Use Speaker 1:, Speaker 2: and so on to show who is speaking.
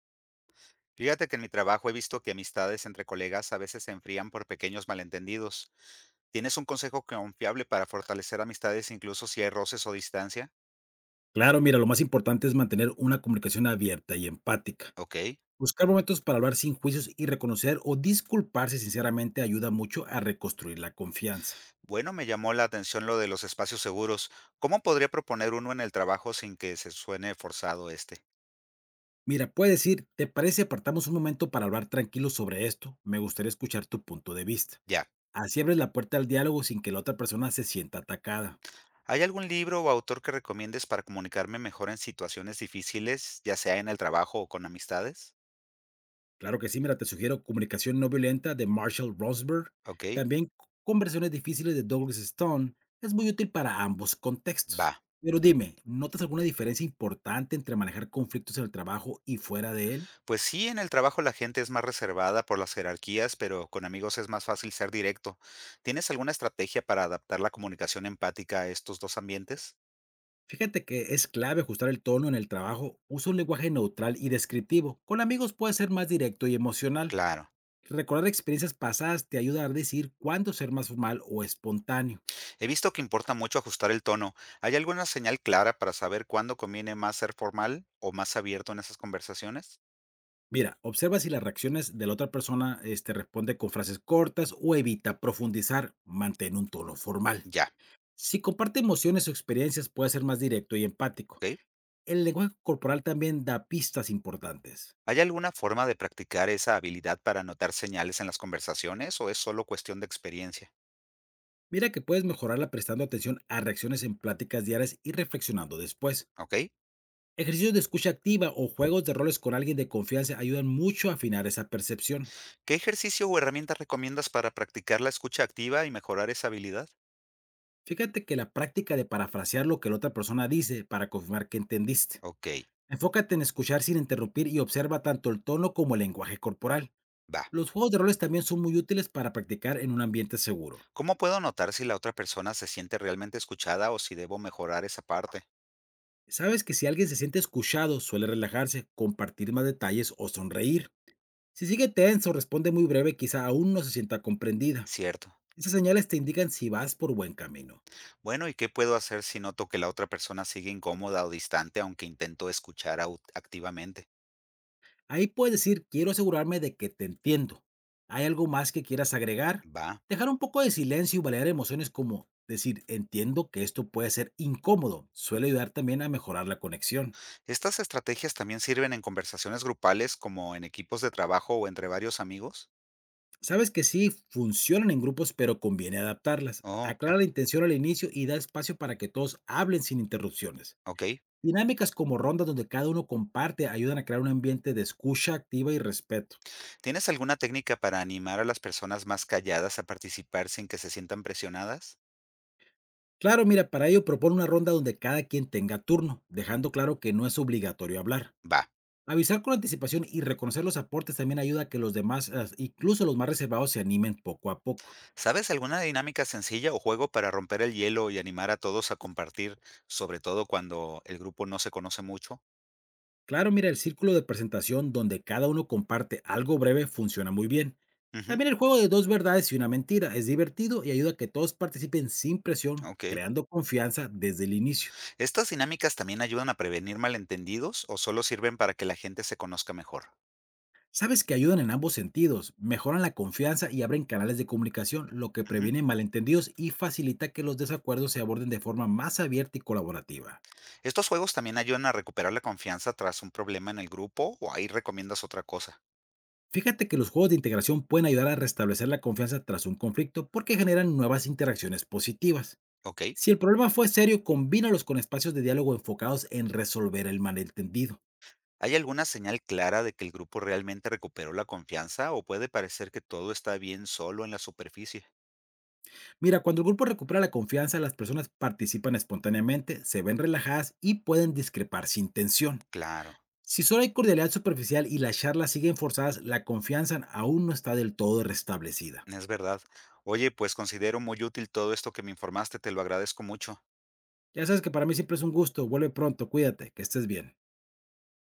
Speaker 1: Fíjate que en mi trabajo he visto que amistades entre colegas a veces se enfrían por pequeños malentendidos. ¿Tienes un consejo confiable para fortalecer amistades incluso si hay roces o distancia?
Speaker 2: Claro, mira, lo más importante es mantener una comunicación abierta y empática.
Speaker 1: Ok.
Speaker 2: Buscar momentos para hablar sin juicios y reconocer o disculparse sinceramente ayuda mucho a reconstruir la confianza.
Speaker 1: Bueno, me llamó la atención lo de los espacios seguros. ¿Cómo podría proponer uno en el trabajo sin que se suene forzado?
Speaker 2: Mira, puedes decir, ¿te parece si apartamos un momento para hablar tranquilo sobre esto? Me gustaría escuchar tu punto de vista.
Speaker 1: Ya.
Speaker 2: Así abres la puerta al diálogo sin que la otra persona se sienta atacada.
Speaker 1: ¿Hay algún libro o autor que recomiendes para comunicarme mejor en situaciones difíciles, ya sea en el trabajo o con amistades?
Speaker 2: Claro que sí, mira, te sugiero Comunicación no violenta de Marshall Rosenberg.
Speaker 1: Ok.
Speaker 2: También conversaciones difíciles de Douglas Stone es muy útil para ambos contextos.
Speaker 1: Va.
Speaker 2: Pero dime, ¿notas alguna diferencia importante entre manejar conflictos en el trabajo y fuera de él?
Speaker 1: Pues sí, en el trabajo la gente es más reservada por las jerarquías, pero con amigos es más fácil ser directo. ¿Tienes alguna estrategia para adaptar la comunicación empática a estos dos ambientes?
Speaker 2: Fíjate que es clave ajustar el tono en el trabajo. Usa un lenguaje neutral y descriptivo. Con amigos puede ser más directo y emocional.
Speaker 1: Claro.
Speaker 2: Recordar experiencias pasadas te ayuda a decir cuándo ser más formal o espontáneo.
Speaker 1: He visto que importa mucho ajustar el tono. ¿Hay alguna señal clara para saber cuándo conviene más ser formal o más abierto en esas conversaciones?
Speaker 2: Mira, observa si las reacciones de la otra persona responde con frases cortas o evita profundizar, mantén un tono formal.
Speaker 1: Ya,
Speaker 2: Si comparte emociones o experiencias, puede ser más directo y empático.
Speaker 1: ¿ok?
Speaker 2: El lenguaje corporal también da pistas importantes.
Speaker 1: ¿Hay alguna forma de practicar esa habilidad para notar señales en las conversaciones o es solo cuestión de experiencia?
Speaker 2: Mira que puedes mejorarla prestando atención a reacciones en pláticas diarias y reflexionando después.
Speaker 1: ¿Ok?
Speaker 2: Ejercicios de escucha activa o juegos de roles con alguien de confianza ayudan mucho a afinar esa percepción.
Speaker 1: ¿Qué ejercicio o herramienta recomiendas para practicar la escucha activa y mejorar esa habilidad?
Speaker 2: Fíjate que la práctica de parafrasear lo que la otra persona dice para confirmar que entendiste.
Speaker 1: Ok,
Speaker 2: Enfócate en escuchar sin interrumpir y observa tanto el tono como el lenguaje corporal.
Speaker 1: va.
Speaker 2: Los juegos de roles también son muy útiles para practicar en un ambiente seguro.
Speaker 1: ¿Cómo puedo notar si la otra persona se siente realmente escuchada o si debo mejorar esa parte?
Speaker 2: Sabes que si alguien se siente escuchado, suele relajarse, compartir más detalles o sonreír. Si sigue tenso, o responde muy breve, quizá aún no se sienta comprendida.
Speaker 1: Cierto.
Speaker 2: Esas señales te indican si vas por buen camino.
Speaker 1: Bueno, ¿y qué puedo hacer si noto que la otra persona sigue incómoda o distante aunque intento activamente?
Speaker 2: Ahí puedes decir, quiero asegurarme de que te entiendo. ¿Hay algo más que quieras agregar?
Speaker 1: Va.
Speaker 2: Dejar un poco de silencio y validar emociones como decir, entiendo que esto puede ser incómodo, suele ayudar también a mejorar la conexión.
Speaker 1: ¿Estas estrategias también sirven en conversaciones grupales como en equipos de trabajo o entre varios amigos?
Speaker 2: Sabes que sí, funcionan en grupos, pero conviene adaptarlas.
Speaker 1: Oh, ya.
Speaker 2: Aclara la intención al inicio y da espacio para que todos hablen sin interrupciones.
Speaker 1: Ok.
Speaker 2: Dinámicas como rondas donde cada uno comparte ayudan a crear un ambiente de escucha activa y respeto.
Speaker 1: ¿Tienes alguna técnica para animar a las personas más calladas a participar sin que se sientan presionadas?
Speaker 2: Claro, mira, para ello propone una ronda donde cada quien tenga turno, dejando claro que no es obligatorio hablar.
Speaker 1: Va.
Speaker 2: Avisar con anticipación y reconocer los aportes también ayuda a que los demás, incluso los más reservados, se animen poco a poco.
Speaker 1: ¿Sabes alguna dinámica sencilla o juego para romper el hielo y animar a todos a compartir, sobre todo cuando el grupo no se conoce mucho?
Speaker 2: Claro, mira, el círculo de presentación donde cada uno comparte algo breve funciona muy bien.
Speaker 1: Ujú,
Speaker 2: También el juego de dos verdades y una mentira es divertido y ayuda a que todos participen sin presión,
Speaker 1: ok.
Speaker 2: creando confianza desde el inicio.
Speaker 1: ¿Estas dinámicas también ayudan a prevenir malentendidos o solo sirven para que la gente se conozca mejor?
Speaker 2: Sabes que ayudan en ambos sentidos, mejoran la confianza y abren canales de comunicación, lo que
Speaker 1: Ujú.
Speaker 2: previene malentendidos y facilita que los desacuerdos se aborden de forma más abierta y colaborativa.
Speaker 1: ¿Estos juegos también ayudan a recuperar la confianza tras un problema en el grupo o ahí recomiendas otra cosa?
Speaker 2: Fíjate que los juegos de integración pueden ayudar a restablecer la confianza tras un conflicto porque generan nuevas interacciones positivas.
Speaker 1: Ok.
Speaker 2: Si el problema fue serio, combínalos con espacios de diálogo enfocados en resolver el malentendido.
Speaker 1: ¿Hay alguna señal clara de que el grupo realmente recuperó la confianza o puede parecer que todo está bien solo en la superficie?
Speaker 2: Mira, cuando el grupo recupera la confianza, las personas participan espontáneamente, se ven relajadas y pueden discrepar sin tensión.
Speaker 1: Claro.
Speaker 2: Si solo hay cordialidad superficial y las charlas siguen forzadas, la confianza aún no está del todo restablecida.
Speaker 1: Es verdad. Oye, pues considero muy útil todo esto que me informaste, te lo agradezco mucho.
Speaker 2: Ya sabes que para mí siempre es un gusto. Vuelve pronto, cuídate, que estés bien.